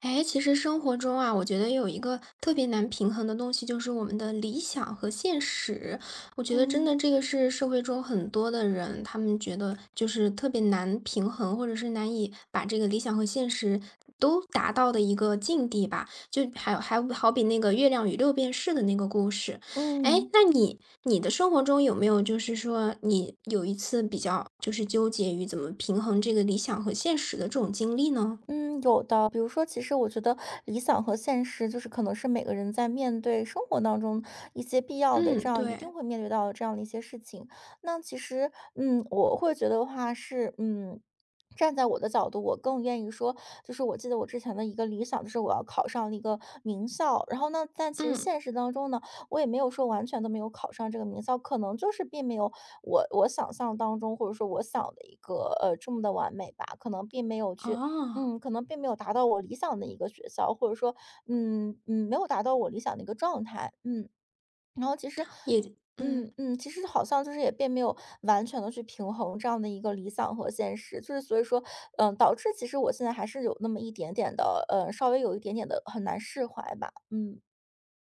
哎，其实生活中啊，我觉得有一个特别难平衡的东西，就是我们的理想和现实。我觉得真嗯的这个是社会中很多的人，他们觉得就是特别难平衡，或者是难以把这个理想和现实都达到的一个境地吧。就还好比那个《月亮与六便士》的那个故事。哎，嗯。那你的生活中有没有就是说你有一次比较就是纠结于怎么平衡这个理想和现实的这种经历呢？嗯，有的。比如说，其实我觉得理想和现实，就是可能是每个人在面对生活当中一些必要的，嗯，这样一定对。会面对到的这样的一些事情。那其实，我会觉得的话是，站在我的角度，我更愿意说，就是我记得我之前的一个理想，就是我要考上一个名校。然后呢，但其实嗯，现实当中呢，我也没有说完全都没有考上这个名校，可能就是并没有我想象当中，或者说我想的一个这么的完美吧，可能并没有去哦，可能并没有达到我理想的一个学校，或者说，没有达到我理想的一个状态，然后其实，也嗯，其实好像就是也并没有完全的去平衡这样的一个理想和现实，就是所以说，导致其实我现在还是有那么一点点的，稍微有一点点的很难释怀吧，嗯。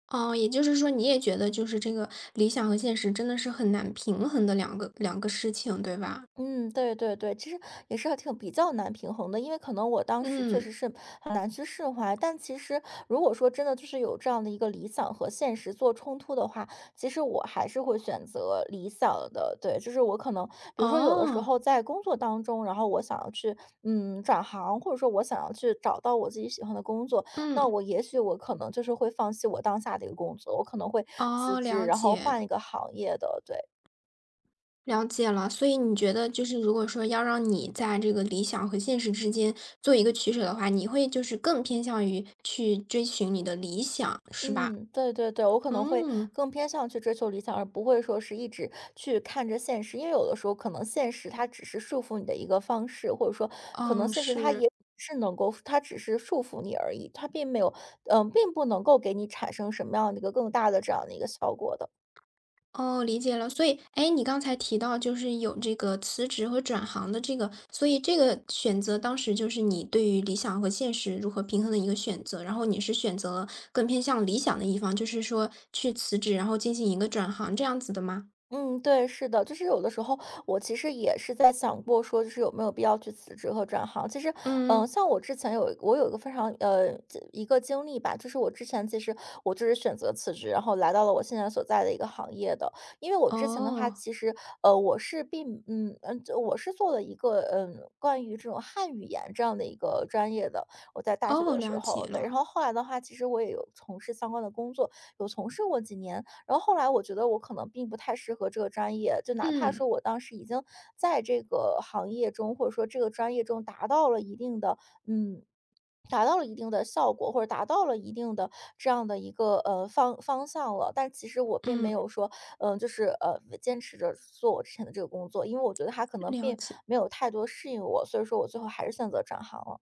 哦，也就是说你也觉得就是这个理想和现实真的是很难平衡的两个事情，对吧？嗯，对对对，其实也是还挺比较难平衡的，因为可能我当时确实嗯，是很难去释怀，但其实如果说真的就是有这样的一个理想和现实做冲突的话，其实我还是会选择理想的。对，就是我可能比如说有的时哦，候在工作当中，然后我想要去转行，或者说我想要去找到我自己喜欢的工作，那嗯，我也许我可能就是会放弃我当下的一个工作，我可能会辞哦，职，了然后解，换一个行业的。对。了解了。所以你觉得就是如果说要让你在这个理想和现实之间做一个取舍的话，你会就是更偏向于去追寻你的理想，是吧？嗯，对对对，我可能会嗯，更偏向去追求理想，而不会说是一直去看着现实，因为有的时候可能现实它只是束缚你的一个方式，或者说可能嗯，现实它是。也是能够，它只是束缚你而已，它并没有，并不能够给你产生什么样的一个更大的这样的一个效果的。哦，理解了。所以，哎，你刚才提到就是有这个辞职和转行的这个，所以这个选择当时就是你对于理想和现实如何平衡的一个选择。然后你是选择了更偏向理想的一方，就是说去辞职，然后进行一个转行这样子的吗？嗯，对，是的，就是有的时候我其实也是在想过，说就是有没有必要去辞职和转行。其实，嗯，像我之前有我有一个非常这一个经历吧，就是我之前其实我就是选择辞职，然后来到了我现在所在的一个行业的。因为我之前的话，哦，其实我是并就我是做了一个关于这种汉语言这样的一个专业的，我在大学哦，的时了解候对，然了。后后来的话，其实我也有从事相关的工作，有从事过几年。然后后来我觉得我可能并不太适合这个专业，就哪怕嗯，说我当时已经在这个行业中，或者说这个专业中达到了一定的，嗯，达到了一定的效果，或者达到了一定的这样的一个方向了，但其实我并没嗯，有说，就是坚持着做我之前的这个工作，因为我觉得它可能了并解。没有太多适应我，所以说我最后还是选择转行了。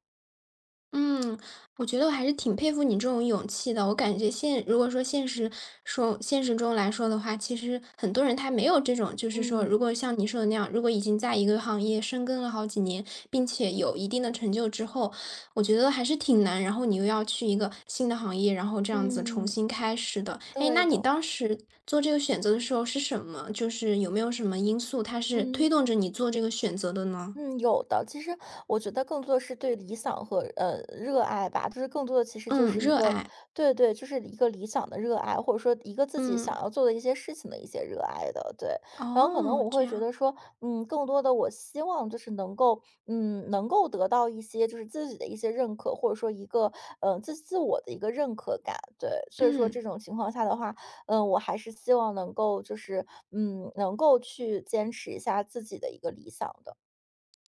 嗯，我觉得我还是挺佩服你这种勇气的。我感觉现如果说现实说现实中来说的话，其实很多人他没有这种，就是说，嗯如果像你说的那样，如果已经在一个行业深耕了好几年，并且有一定的成就之后，我觉得还是挺难。然后你又要去一个新的行业，然后这样子重嗯，新开始的。哎，对那你的，当时做这个选择的时候是什么？就是有没有什么因素它是推嗯。动着你做这个选择的呢？嗯，有的。其实我觉得更多的是对理想和热爱吧，就是更多的其实就嗯，是一热个，爱。对对，就是一个理想的热爱，或者说一个自己想嗯，要做的一些事情的一些热爱的，对。然后可能哦，我这会觉样。得说，更多的我希望就是能够，能够得到一些就是自己的一些认可，或者说一个，自我的一个认可感，对。所以说这嗯种情况下的话，我还是希望能够就是，能够去坚持一下自己的一个理想的。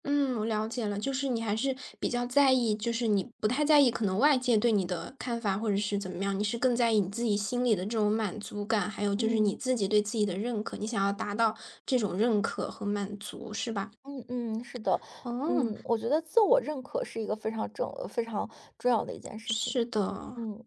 嗯，我了解了，就是你还是比较在意，就是你不太在意可能外界对你的看法或者是怎么样，你是更在意你自己心里的这种满足感，还有就是你嗯自己对自己的认可，你想要达到这种认可和满足，是吧？嗯嗯，是的，哦，我觉得自我认可是一个非常重要的一件事情。是的。嗯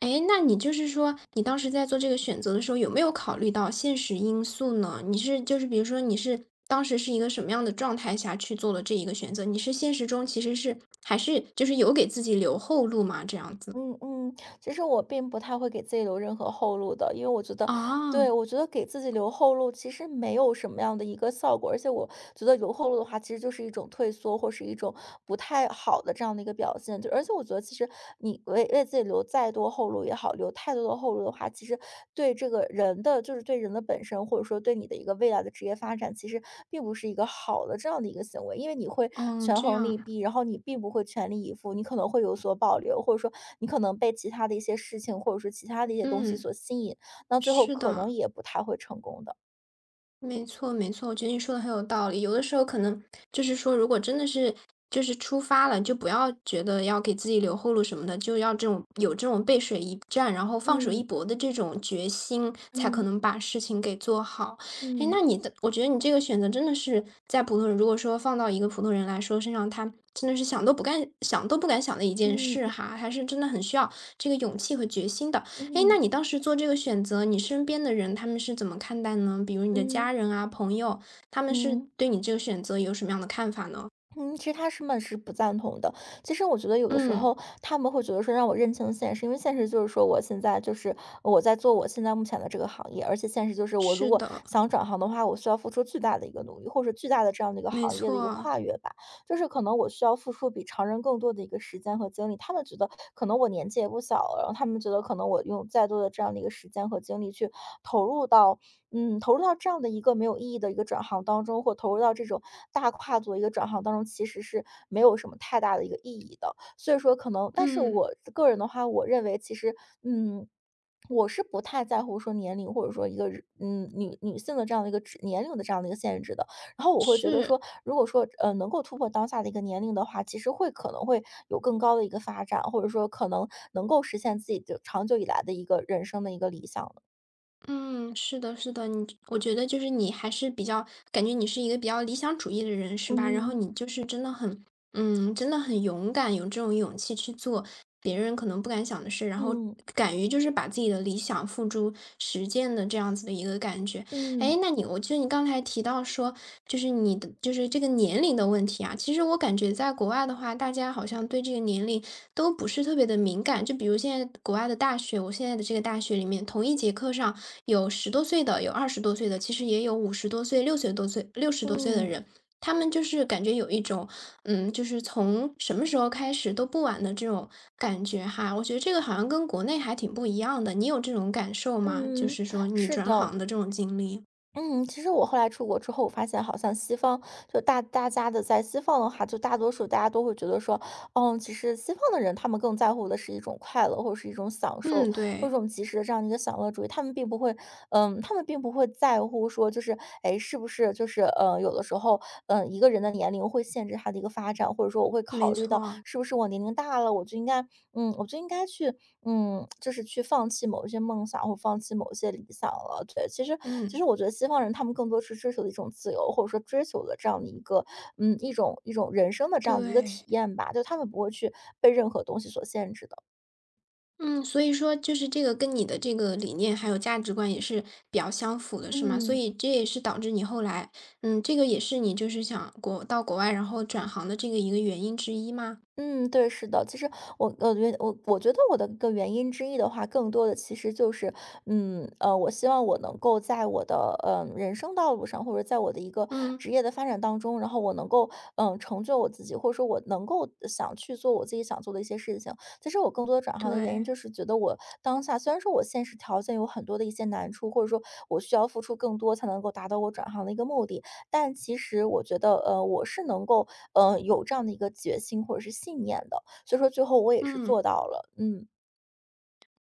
哎，那你就是说，你当时在做这个选择的时候，有没有考虑到现实因素呢？你是就是比如说你是当时是一个什么样的状态下去做了这一个选择？你是现实中其实是还是就是有给自己留后路吗？这样子。嗯嗯，其实我并不太会给自己留任何后路的，因为我觉得，对，啊，我觉得给自己留后路其实没有什么样的一个效果，而且我觉得留后路的话，其实就是一种退缩或是一种不太好的这样的一个表现。就而且我觉得，其实你为自己留再多后路也好，留太多。思路后路的话，其实对这个人的就是对人的本身，或者说对你的一个未来的职业发展，其实并不是一个好的这样的一个行为，因为你会嗯，权这衡样，利弊，然后你并不会全力以赴，你可能会有所保留，或者说你可能被其他的一些事情，或者说其他的一些东西嗯，所吸引，那最后是可能的。也不太会成功的。没错，没错，我觉得你说的很有道理。有的时候可能就是说，如果真的是就是出发了，就不要觉得要给自己留后路什么的，就要这种有这种背水一战，然后放手一嗯搏的这种决心，才可嗯能把事情给做好。哎，嗯那你的，我觉得你这个选择真的是在普通人，如果说放到一个普通人来说身上，他真的是想都不敢想的一件嗯事嗯哈，还是真的很需要这个勇气和决心的。哎，那嗯你当时做这个选择，你身边的人他们是怎么看待呢？比如你的家嗯人啊、朋友，他们是嗯。对你这个选择有什么样的看法呢？嗯，其实他们是不赞同的。其实我觉得有的时嗯，候他们会觉得说让我认清现实，因为现实就是说我现在就是我在做我现在目前的这个行业，而且现实就是我如是果的，想转行的话，我需要付出巨大的一个努力，或者巨大的这样的一个没行业的一个错，跨越吧。就是可能我需要付出比常人更多的一个时间和精力。他们觉得可能我年纪也不小了，然后他们觉得可能我用再多的这样的一个时间和精力去投入到投入到这样的一个没有意义的一个转行当中，或投入到这种大跨度的一个转行当中，其实是没有什么太大的一个意义的。所以说可能但是嗯，我个人的话，我认为其实，嗯，我是不太在乎说年龄，或者说一个女性的这样的一个指年龄的这样的一个限制的。然后我会觉得是。说，如果说，能够突破当下的一个年龄的话，其实会可能会有更高的一个发展，或者说可能能够实现自己的长久以来的一个人生的一个理想的。嗯，是的，是的，你我觉得就是你还是比较，感觉你是一个比较理想主义的人，是吧？然后嗯，你就是真的很，嗯，真的很勇敢，有这种勇气去做别人可能不敢想的事，然后嗯。敢于就是把自己的理想付诸实践的这样子的一个感觉。嗯，哎，那你我记得你刚才提到说，就是你的就是这个年龄的问题啊，其实我感觉在国外的话，大家好像对这个年龄都不是特别的敏感。就比如现在国外的大学，我现在的这个大学里面，同一节课上有十多岁的，有二十多岁的，其实也有五十多岁、六十多岁的嗯，人。他们就是感觉有一种，嗯，就是从什么时候开始都不晚的这种感觉哈。我觉得这个好像跟国内还挺不一样的，你有这种感受吗？就嗯，是说你是转的。行的这种经历。嗯，其实我后来出国之后，我发现好像西方就大家的在西方的话，就大多数大家都会觉得说，其实西方的人他们更在乎的是一种快乐，或者是一种享受，嗯，或者对，一种及时的这样的一个享乐主义。他们并不会，他们并不会在乎说，就是，哎，是不是就是，有的时候，一个人的年龄会限制他的一个发展，或者说我会考没虑到错。是不是我年龄大了，我就应该，我就应该去就是去放弃某一些梦想，或放弃某一些理想了。对，其实其嗯，实我觉得西方人他们更多是追求的一种自由，或者说追求的这样的一个，一种人生的这样的一个体对，验吧。就他们不会去被任何东西所限制的。嗯，所以说就是这个跟你的这个理念还有价值观也是比较相符的，是吗？所嗯。以这也是导致你后来，嗯，这个也是你就是想国到国外然后转行的这个一个原因之一吗？嗯，对，是的。其实我觉得我的一个原因之一的话，更多的其实就是，我希望我能够在我的，人生道路上，或者在我的一个嗯，职业的发展当中，然后我能够，成就我自己，或者说我能够想去做我自己想做的一些事情。其实我更多的转行的对，原因就是觉得我当下虽然说我现实条件有很多的一些难处，或者说我需要付出更多才能够达到我转行的一个目的，但其实我觉得，我是能够有这样的一个决心或者是信念的，所以说最后我也是做嗯，到了，嗯，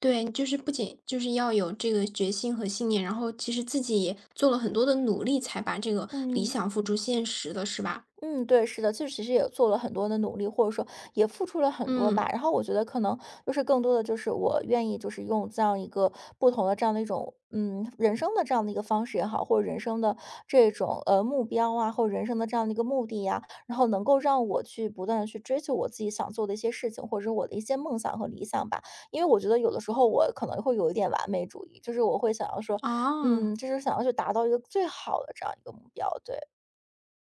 对，就是不仅就是要有这个决心和信念，然后其实自己也做了很多的努力才把这个理嗯。想付诸现实的，是吧？嗯，对，是的，就是其实也做了很多的努力，或者说也付出了很多吧。嗯，然后我觉得可能就是更多的就是我愿意就是用这样一个不同的这样的一种人生的这样的一个方式也好，或者人生的这种目标啊，或者人生的这样的一个目的呀、然后能够让我去不断的去追求我自己想做的一些事情，或者是我的一些梦想和理想吧。因为我觉得有的时候我可能会有一点完美主义，就是我会想要说，啊。就是想要去达到一个最好的这样一个目标。对，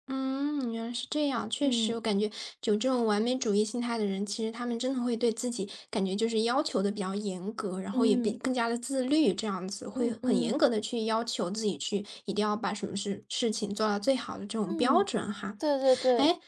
嗯，原来是这样。确实，我嗯感觉有这种完美主义心态的人，其实他们真的会对自己感觉就是要求的比较严格，然后也比嗯。更加的自律，这样子会嗯很严嗯，格的去要求自己去，一定要把什么事情做到最好的这种标嗯，准哈。对对对，哎，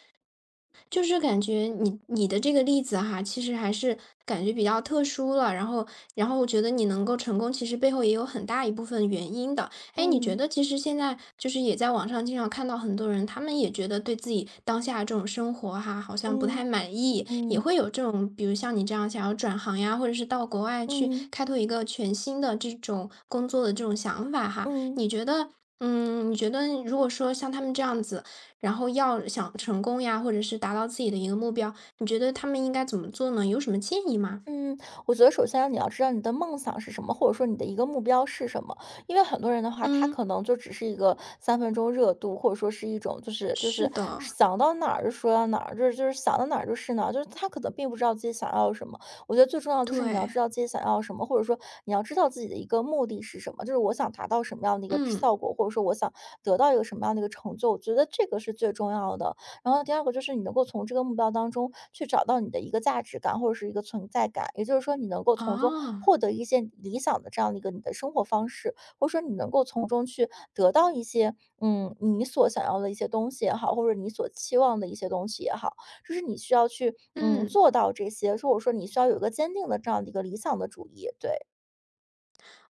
就是感觉你的这个例子哈，其实还是感觉比较特殊了。然后，然后我觉得你能够成功，其实背后也有很大一部分原因的。哎，你觉嗯，得其实现在就是也在网上经常看到很多人，他们也觉得对自己当下这种生活哈，好像不太嗯，满意，也嗯，会有这种，比如像你这样想要转行呀，或者是到国外去嗯，嗯。开拓一个全新的这种工作的这种想法哈。嗯你觉得，嗯，你觉得如果说像他们这样子，然后要想成功呀，或者是达到自己的一个目标，你觉得他们应该怎么做呢？有什么建议吗？嗯，我觉得首先啊你要知道你的梦想是什么，或者说你的一个目标是什么。因为很多人的话，他嗯，可能就只是一个三分钟热度，或者说是一种就是就是是的，想到哪儿就说到哪儿，就是想到哪儿就是哪儿，就是他可能并不知道自己想要什么。我觉得最重要就是你要对，知道自己想要什么，或者说你要知道自己的一个目的是什么，就是我想达到什么样的一个嗯，效果，或者说我想得到一个什么样的一个成就。我觉得这个是最重要的。然后第二个就是你能够从这个目标当中去找到你的一个价值感或者是一个存在感，也就是说你能够从中啊，获得一些理想的这样的一个你的生活方式，或者说你能够从中去得到一些你所想要的一些东西也好，或者你所期望的一些东西也好，就是你需要去嗯。做到这些，或者说你需要有一个坚定的这样的一个理想的主义，对，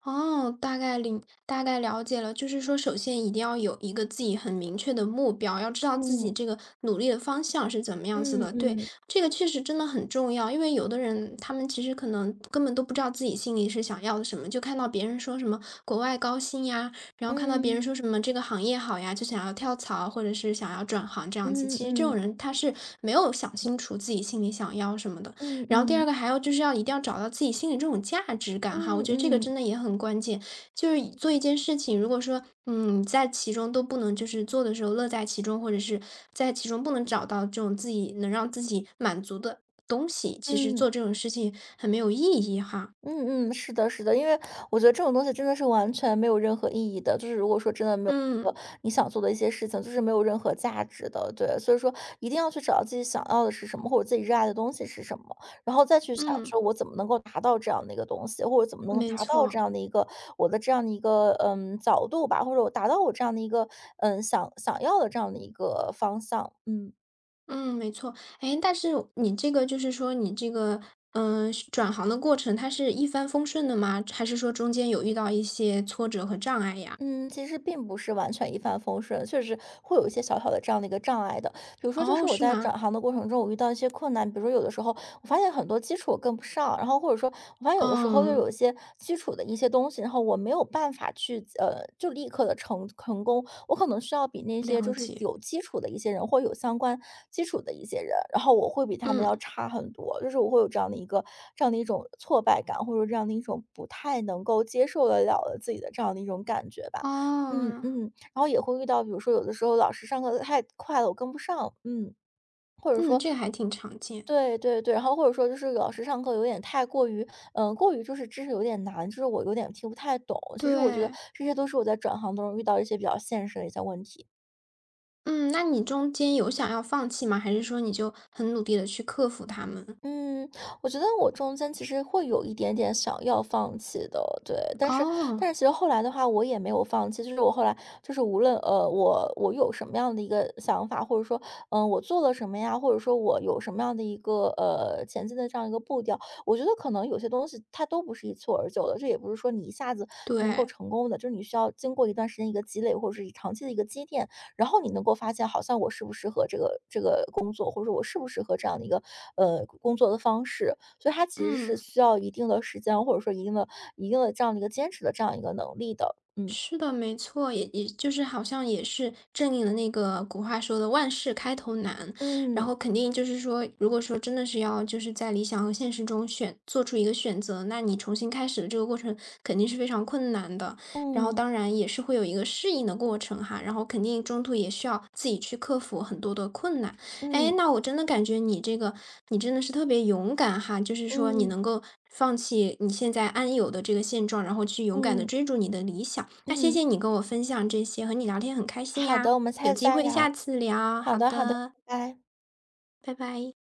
哦，大概领大概了解了，就是说，首先一定要有一个自己很明确的目标，要知道自己嗯这个努力的方向是怎么样子嗯的。对，嗯这个确实真的很重要，因为有的人他们其实可能根本都不知道自己心里是想要的什么，就看到别人说什么国外高薪呀，然后看到别人嗯说什么这个行业好呀，就想要跳槽或者是想要转行这样子。嗯其实这嗯种嗯人他是没有想清楚自己心里想要什么的，然后第二个还要就是要一定要找到自己心里这种价值感哈，我嗯觉得这个嗯嗯真的也很关键。就是做一件事情，如果说，嗯，在其中都不能就是做的时候乐在其中，或者是在其中不能找到这种自己能让自己满足的东西，其实嗯。做这种事情很没有意义哈。嗯嗯，是的，是的，因为我觉得这种东西真的是完全没有任何意义的，就是如果说真的没有嗯呃你想做的一些事情，就是没有任何价值的，对，所以说一定要去找到自己想要的是什么，或者自己热爱的东西是什么，然后再去想嗯，说我怎么能够达到这样的一个东西，或者怎么能够没达到这错，样的一个我的这样的一个角度吧，或者我达到我这样的一个想要的这样的一个方向，嗯。嗯，没错。哎，但是你这个就是说你这个，嗯，转行的过程，它是一帆风顺的吗？还是说中间有遇到一些挫折和障碍呀？嗯，其实并不是完全一帆风顺，确实会有一些小小的这样的一个障碍的。比如说，就是哦，我是在吗？转行的过程中，我遇到一些困难，比如说有的时候我发现很多基础我跟不上，然后或者说我发现有的时候就有哦，一些基础的一些东西，然后我没有办法去就立刻的成功，我可能需要比那些就了是解。有基础的一些人或有相关基础的一些人，然后我会比他们嗯，要差很多，就是我会有这样的一个这样的一种挫败感，或者说这样的一种不太能够接受得了的自己的这样的一种感觉吧。嗯哦，嗯。然后也会遇到，比如说有的时候老师上课得太快了，我跟不上，嗯，嗯，说这个还挺常见。对对对，然后或者说就是老师上课有点太过于，过于就是知识有点难，就是我有点听不太懂。其实我觉得对，这些都是我在转行当中遇到一些比较现实的一些问题。嗯，那你中间有想要放弃吗？还是说你就很努力的去克服他们？嗯，我觉得我中间其实会有一点点想要放弃的，对，但是哦，但是其实后来的话，我也没有放弃，就是我后来就是无论我有什么样的一个想法，或者说我做了什么呀，或者说我有什么样的一个前进的这样一个步调，我觉得可能有些东西它都不是一蹴而就的，这也不是说你一下子就能够对，成功的，就是你需要经过一段时间一个积累，或者是长期的一个积淀，然后你能够发现，好像我适不适合这个工作，或者说我适不适合这样的一个工作的方式。所以它其实是嗯。需要一定的时间，或者说一定的这样的一个坚持的这样一个能力的。嗯是的，没错，也就是好像也是正应了那个古话说的“万事开头难”，然嗯后肯定就是说，如果说真的是要就是在理想和现实中选做出一个选择，那你重新开始的这个过程肯定是非常困难的，然后嗯当然也是会有一个适应的过程哈，然后肯定中途也需要自己去克服很多的困难。哎，嗯那我真的感觉你这个，你真的是特别勇敢哈，就是说你嗯能够放弃你现在安有的这个现状，然后去勇敢的嗯追逐你的理想。那谢谢嗯，你跟我分享这些，和你聊天很开心好的，呀，我们下有次机再会下聊。次聊。好好的好的，的，拜拜。拜拜。